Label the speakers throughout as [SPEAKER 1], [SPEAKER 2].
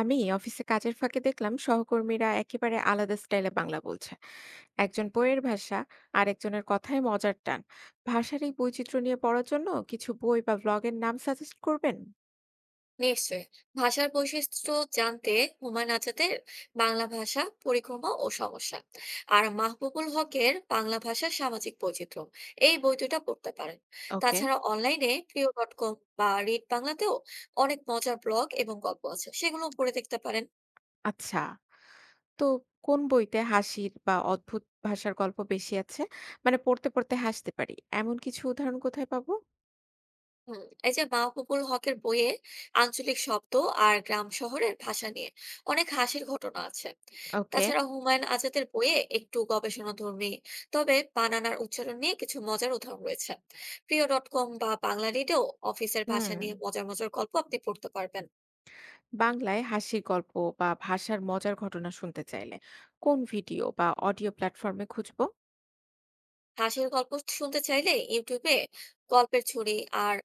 [SPEAKER 1] আমি অফিসে কাজের ফাঁকে দেখলাম সহকর্মীরা একেবারে আলাদা স্টাইলে বাংলা বলছে। একজন বইয়ের ভাষা, আর একজনের কথায় মজার টান। ভাষার এই বৈচিত্র্য নিয়ে পড়ার জন্য কিছু বই বা ব্লগের নাম সাজেস্ট করবেন?
[SPEAKER 2] নিশ্চয়ই। ভাষার বৈশিষ্ট্য জানতে হুমায়ুন আজাদের "বাংলা ভাষা পরিক্রমা ও সমস্যা" আর মাহবুবুল হকের "বাংলা ভাষার সামাজিক বৈচিত্র্য", এই বই দুটো পড়তে পারেন।
[SPEAKER 1] ওকে।
[SPEAKER 2] তাছাড়া অনলাইনে প্রিয় ডট কম বা রিড বাংলাতেও অনেক মজার ব্লগ এবং গল্প আছে, সেগুলো পড়ে দেখতে পারেন।
[SPEAKER 1] আচ্ছা, তো কোন বইতে হাসির বা অদ্ভুত ভাষার গল্প বেশি আছে? মানে পড়তে পড়তে হাসতে পারি এমন কিছু উদাহরণ কোথায় পাবো?
[SPEAKER 2] এই যে মাহবুবুল হকের বইয়ে আঞ্চলিক শব্দ আর গ্রাম শহরের ভাষা নিয়ে অনেক হাসির ঘটনা আছে।
[SPEAKER 1] ওকে।
[SPEAKER 2] তাছাড়া হুমায়ুন আজাদের বইয়ে একটু গবেষণাধর্মী, তবে বানানার উচ্চারণ নিয়ে কিছু মজার উদাহরণ রয়েছে। প্রিয় ডট কম বা বাংলা লিডেও অফিসের ভাষা
[SPEAKER 1] হুম।
[SPEAKER 2] নিয়ে মজার মজার গল্প আপনি পড়তে পারবেন।
[SPEAKER 1] বাংলায় হাসির গল্প বা ভাষার মজার ঘটনা শুনতে চাইলে কোন ভিডিও বা অডিও প্ল্যাটফর্মে খুঁজবো?
[SPEAKER 2] হাসির গল্প শুনতে চাইলে ইউটিউবে গল্পের ঝুড়ি আর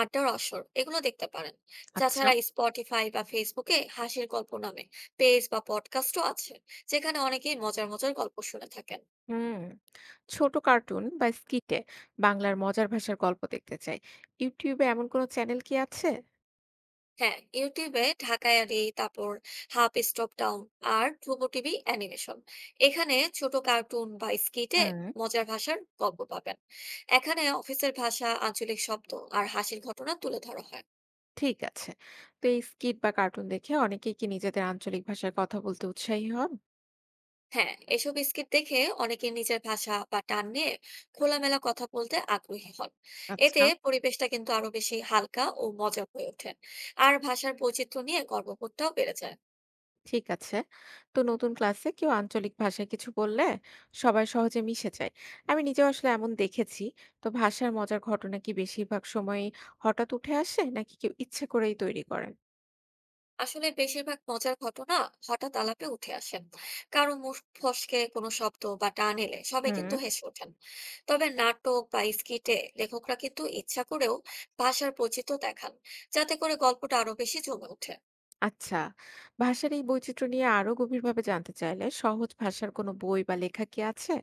[SPEAKER 2] আড্ডার আসর, এগুলো দেখতে পারেন।
[SPEAKER 1] আচ্ছা।
[SPEAKER 2] তাছাড়া স্পটিফাই বা ফেসবুকে হাসির গল্প নামে পেজ বা পডকাস্টও আছে, যেখানে অনেকেই মজার মজার গল্প শুনে থাকেন।
[SPEAKER 1] হুম। ছোট কার্টুন বা স্কিটে বাংলার মজার ভাষার গল্প দেখতে চাই। ইউটিউবে এমন কোনো চ্যানেল কি আছে?
[SPEAKER 2] হ্যাঁ, ইউটিউবে ঢাকায়ারি, তারপর হাফ স্টপ ডাউন আর ধ্রুব টিভি অ্যানিমেশন, এখানে ছোট কার্টুন বা স্কিটে
[SPEAKER 1] হুম।
[SPEAKER 2] মজার ভাষার গল্প পাবেন। এখানে অফিসের ভাষা, আঞ্চলিক শব্দ আর হাসির ঘটনা তুলে ধরা হয়।
[SPEAKER 1] ঠিক আছে, তো এই স্কিট বা কার্টুন দেখে অনেকেই কি নিজেদের আঞ্চলিক ভাষায় কথা বলতে উৎসাহী হন?
[SPEAKER 2] হ্যাঁ, এসব স্কিট দেখে অনেকে নিজের ভাষা বা টান নিয়ে খোলামেলা কথা বলতে আগ্রহী হন। এতে
[SPEAKER 1] আচ্ছা।
[SPEAKER 2] পরিবেশটা কিন্তু আরো বেশি হালকা ও মজার হয়ে ওঠে, আর ভাষার বৈচিত্র্য নিয়ে গর্ববোধটাও বেড়ে যায়।
[SPEAKER 1] ঠিক আছে, তো নতুন ক্লাসে কেউ আঞ্চলিক ভাষায় কিছু বললে সবাই সহজে মিশে যায়। আমি নিজেও আসলে এমন দেখেছি। তো ভাষার মজার ঘটনা কি বেশিরভাগ সময়ই হঠাৎ উঠে আসে, নাকি কেউ ইচ্ছে করেই তৈরি করেন?
[SPEAKER 2] আসলে বেশিরভাগ মজার ঘটনা হঠাৎ আলাপে উঠে আসে। কারো মুখ ফসকে কোনো শব্দ বা টান এলে সবাই কিন্তু
[SPEAKER 1] হুম।
[SPEAKER 2] হেসে ওঠেন। তবে নাটক বা স্কিটে লেখকরা কিন্তু ইচ্ছা করেও ভাষার বৈচিত্র্য দেখান, যাতে করে গল্পটা আরো বেশি জমে ওঠে।
[SPEAKER 1] আচ্ছা। ভাষার এই বৈচিত্র্য নিয়ে আরো গভীরভাবে জানতে চাইলে সহজ ভাষার কোনো বই বা লেখা কি আছে?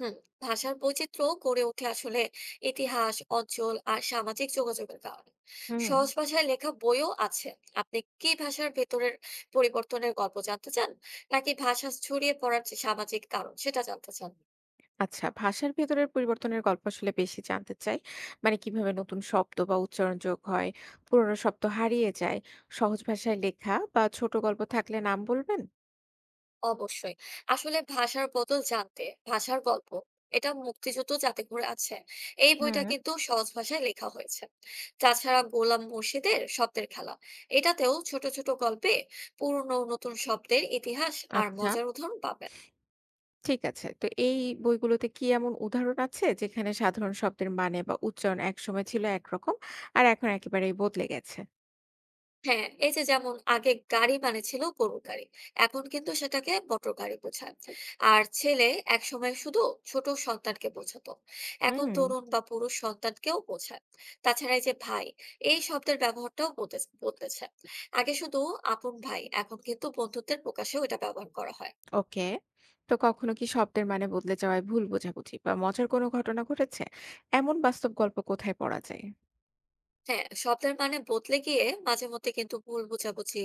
[SPEAKER 2] হুম। ভাষার বৈচিত্র্য গড়ে ওঠে আসলে ইতিহাস, অঞ্চল আর সামাজিক যোগাযোগের কারণে।
[SPEAKER 1] হুম।
[SPEAKER 2] সহজ ভাষায় লেখা বইও আছে। আপনি কি ভাষার ভেতরের পরিবর্তনের গল্প জানতে চান, নাকি ভাষা ছড়িয়ে পড়ার যে সামাজিক কারণ, সেটা জানতে চান?
[SPEAKER 1] আচ্ছা, ভাষার ভেতরের পরিবর্তনের গল্প আসলে বেশি জানতে চাই। মানে কিভাবে নতুন শব্দ বা উচ্চারণ যোগ হয়, পুরনো শব্দ হারিয়ে যায়। সহজ ভাষায় লেখা বা ছোট গল্প থাকলে নাম বলবেন?
[SPEAKER 2] অবশ্যই। আসলে ভাষার বদল জানতে ভাষার গল্প, এটা মুক্তিযুদ্ধ যাতে করে আছে, এই বইটা
[SPEAKER 1] হুম।
[SPEAKER 2] কিন্তু সহজ ভাষায় লেখা হয়েছে। তাছাড়া গোলাম মুর্শিদের শব্দের খেলা, এটাতেও ছোট ছোট গল্পে পুরনো ও নতুন শব্দের ইতিহাস আর
[SPEAKER 1] আচ্ছা,
[SPEAKER 2] মজার উদাহরণ পাবেন।
[SPEAKER 1] ঠিক আছে। তো এই বইগুলোতে কি এমন উদাহরণ আছে যেখানে সাধারণ শব্দের মানে বা উচ্চারণ একসময় ছিল একরকম আর এখন একেবারেই বদলে গেছে?
[SPEAKER 2] হ্যাঁ, এই যে যেমন আগে গাড়ি মানে ছিল গরুর গাড়ি। এখন কিন্তু সেটাকে মোটর গাড়ি বোঝায়। আর ছেলে একসময় শুধু ছোট সন্তানকে বোঝাতো। এখন
[SPEAKER 1] হুম।
[SPEAKER 2] তরুণ বা পুরুষ সন্তানকেও বোঝায়। তাছাড়া এই যে ভাই, এই শব্দের ব্যবহারটাও বদলেছে। আগে শুধু আপন ভাই, এখন কিন্তু বন্ধুত্বের প্রকাশেও এটা ব্যবহার করা হয়।
[SPEAKER 1] ওকে। তো কখনো কি শব্দের মানে বদলে যাওয়ায় ভুল বোঝাবুঝি বা মজার কোনো ঘটনা ঘটেছে? এমন বাস্তব গল্প কোথায় পড়া যায়?
[SPEAKER 2] হ্যাঁ, শব্দের মানে বদলে গিয়ে মাঝে মধ্যে কিন্তু ভুল বোঝাবুঝি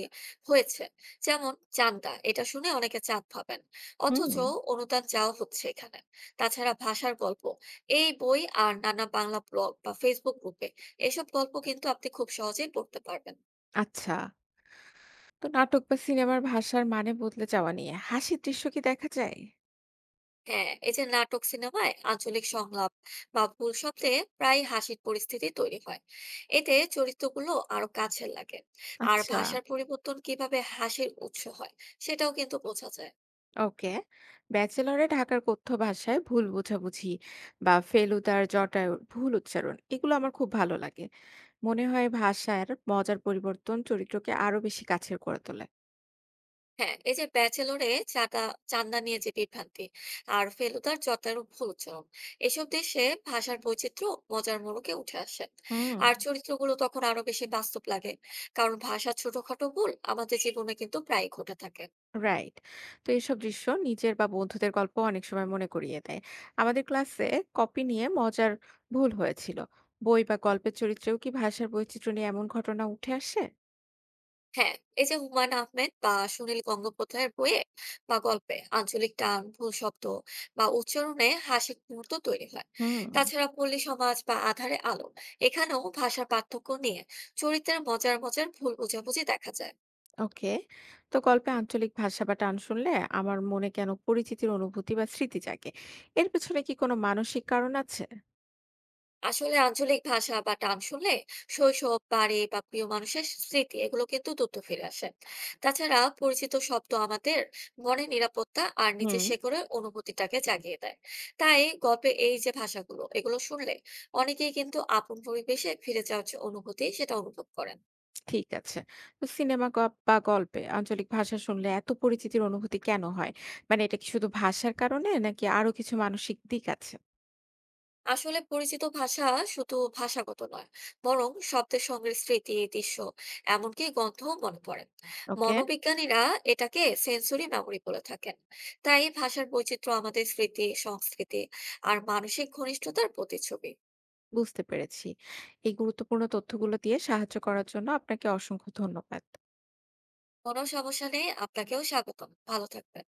[SPEAKER 2] হয়েছে। যেমন চান্দা, এটা শুনে অনেকে চাঁদ ভাবেন,
[SPEAKER 1] হুম।
[SPEAKER 2] অথচ অনুদান চাওয়া হচ্ছে এখানে। তাছাড়া ভাষার গল্প এই বই আর নানা বাংলা ব্লগ বা ফেসবুক গ্রুপে এসব গল্প কিন্তু আপনি খুব সহজেই পড়তে পারবেন।
[SPEAKER 1] আচ্ছা। তো নাটক বা সিনেমার ভাষার মানে বদলে যাওয়া নিয়ে হাসির দৃশ্য কি দেখা যায়?
[SPEAKER 2] হ্যাঁ, এই যে নাটক সিনেমায় আঞ্চলিক সংলাপ বা ভুল শব্দে প্রায় হাসির পরিস্থিতি তৈরি হয়। এতে চরিত্রগুলো আরো কাছের লাগে। আর
[SPEAKER 1] আচ্ছা।
[SPEAKER 2] ভাষার পরিবর্তন কিভাবে হাসির উৎস হয়, সেটাও কিন্তু বোঝা যায়।
[SPEAKER 1] ওকে। ব্যাচেলরে ঢাকার কথ্য ভাষায় ভুল বোঝাবুঝি বা ফেলুদার জটায়ুর ভুল উচ্চারণ এগুলো আমার খুব ভালো লাগে। মনে হয় ভাষার মজার পরিবর্তন চরিত্রকে আরো বেশি কাছের করে তোলে।
[SPEAKER 2] হ্যাঁ, এই যে ব্যাচেলরে চাঁদা চাঁদা নিয়ে যে বিভ্রান্তি আর ফেলুদার যথার ভুল উচ্চারণ, এসব দেশে ভাষার বৈচিত্র্য মজার মোড়কে উঠে আসে।
[SPEAKER 1] হুম।
[SPEAKER 2] আর চরিত্রগুলো তখন আরো বেশি বাস্তব লাগে, কারণ ভাষার ছোটখাটো ভুল আমাদের জীবনে কিন্তু প্রায়ই ঘটে থাকে।
[SPEAKER 1] রাইট। তো এসব দৃশ্য নিজের বা বন্ধুদের গল্প অনেক সময় মনে করিয়ে দেয়। আমাদের ক্লাসে কপি নিয়ে মজার ভুল হয়েছিল। বই বা গল্পের চরিত্রেও কি ভাষার বৈচিত্র্য নিয়ে এমন ঘটনা উঠে আসে?
[SPEAKER 2] হ্যাঁ, এই যে হুমায়ুন আহমেদ বা সুনীল গঙ্গোপাধ্যায়ের বইয়ে বা গল্পে আঞ্চলিক টান, ভুল শব্দ বা উচ্চারণে হাসির মুহূর্ত তৈরি হয়।
[SPEAKER 1] হুম।
[SPEAKER 2] তাছাড়া পল্লী সমাজ বা আঁধারে আলো, এখানেও ভাষার পার্থক্য নিয়ে চরিত্রের মজার মজার ভুল বোঝাবুঝি দেখা যায়।
[SPEAKER 1] ওকে। তো গল্পে আঞ্চলিক ভাষা বা টান শুনলে আমার মনে কেন পরিচিতির অনুভূতি বা স্মৃতি জাগে? এর পেছনে কি কোনো মানসিক কারণ আছে?
[SPEAKER 2] আসলে আঞ্চলিক ভাষা বা টান শুনলে শৈশব, বাড়ি বা প্রিয় মানুষের স্মৃতি, এগুলো কিন্তু দ্রুত ফিরে আসে। তাছাড়া পরিচিত শব্দ আমাদের মনে নিরাপত্তা আর
[SPEAKER 1] হুম।
[SPEAKER 2] নিজের শেকড়ের অনুভূতিটাকে জাগিয়ে দেয়। তাই গল্পে এই যে ভাষাগুলো এগুলো শুনলে অনেকেই কিন্তু আপন পরিবেশে ফিরে যাওয়ার যে অনুভূতি, সেটা অনুভব করেন।
[SPEAKER 1] ঠিক আছে। তো সিনেমা বা গল্পে আঞ্চলিক ভাষা শুনলে এত পরিচিতির অনুভূতি কেন হয়? মানে এটা কি শুধু ভাষার কারণে নাকি আরো কিছু মানসিক দিক আছে?
[SPEAKER 2] আসলে পরিচিত ভাষা শুধু ভাষাগত নয়, বরং শব্দের সঙ্গে স্মৃতি, দৃশ্য, এমনকি গন্ধও মনে পড়ে।
[SPEAKER 1] ওকে।
[SPEAKER 2] মনোবিজ্ঞানীরা এটাকে সেন্সরি মেমোরি বলে থাকেন। তাই ভাষার বৈচিত্র্য আমাদের স্মৃতি, সংস্কৃতি আর মানসিক ঘনিষ্ঠতার প্রতিচ্ছবি।
[SPEAKER 1] বুঝতে পেরেছি। এই গুরুত্বপূর্ণ তথ্যগুলো দিয়ে সাহায্য করার জন্য আপনাকে অসংখ্য ধন্যবাদ।
[SPEAKER 2] কোনো সমস্যা নেই, আপনাকেও স্বাগতম। ভালো থাকবেন।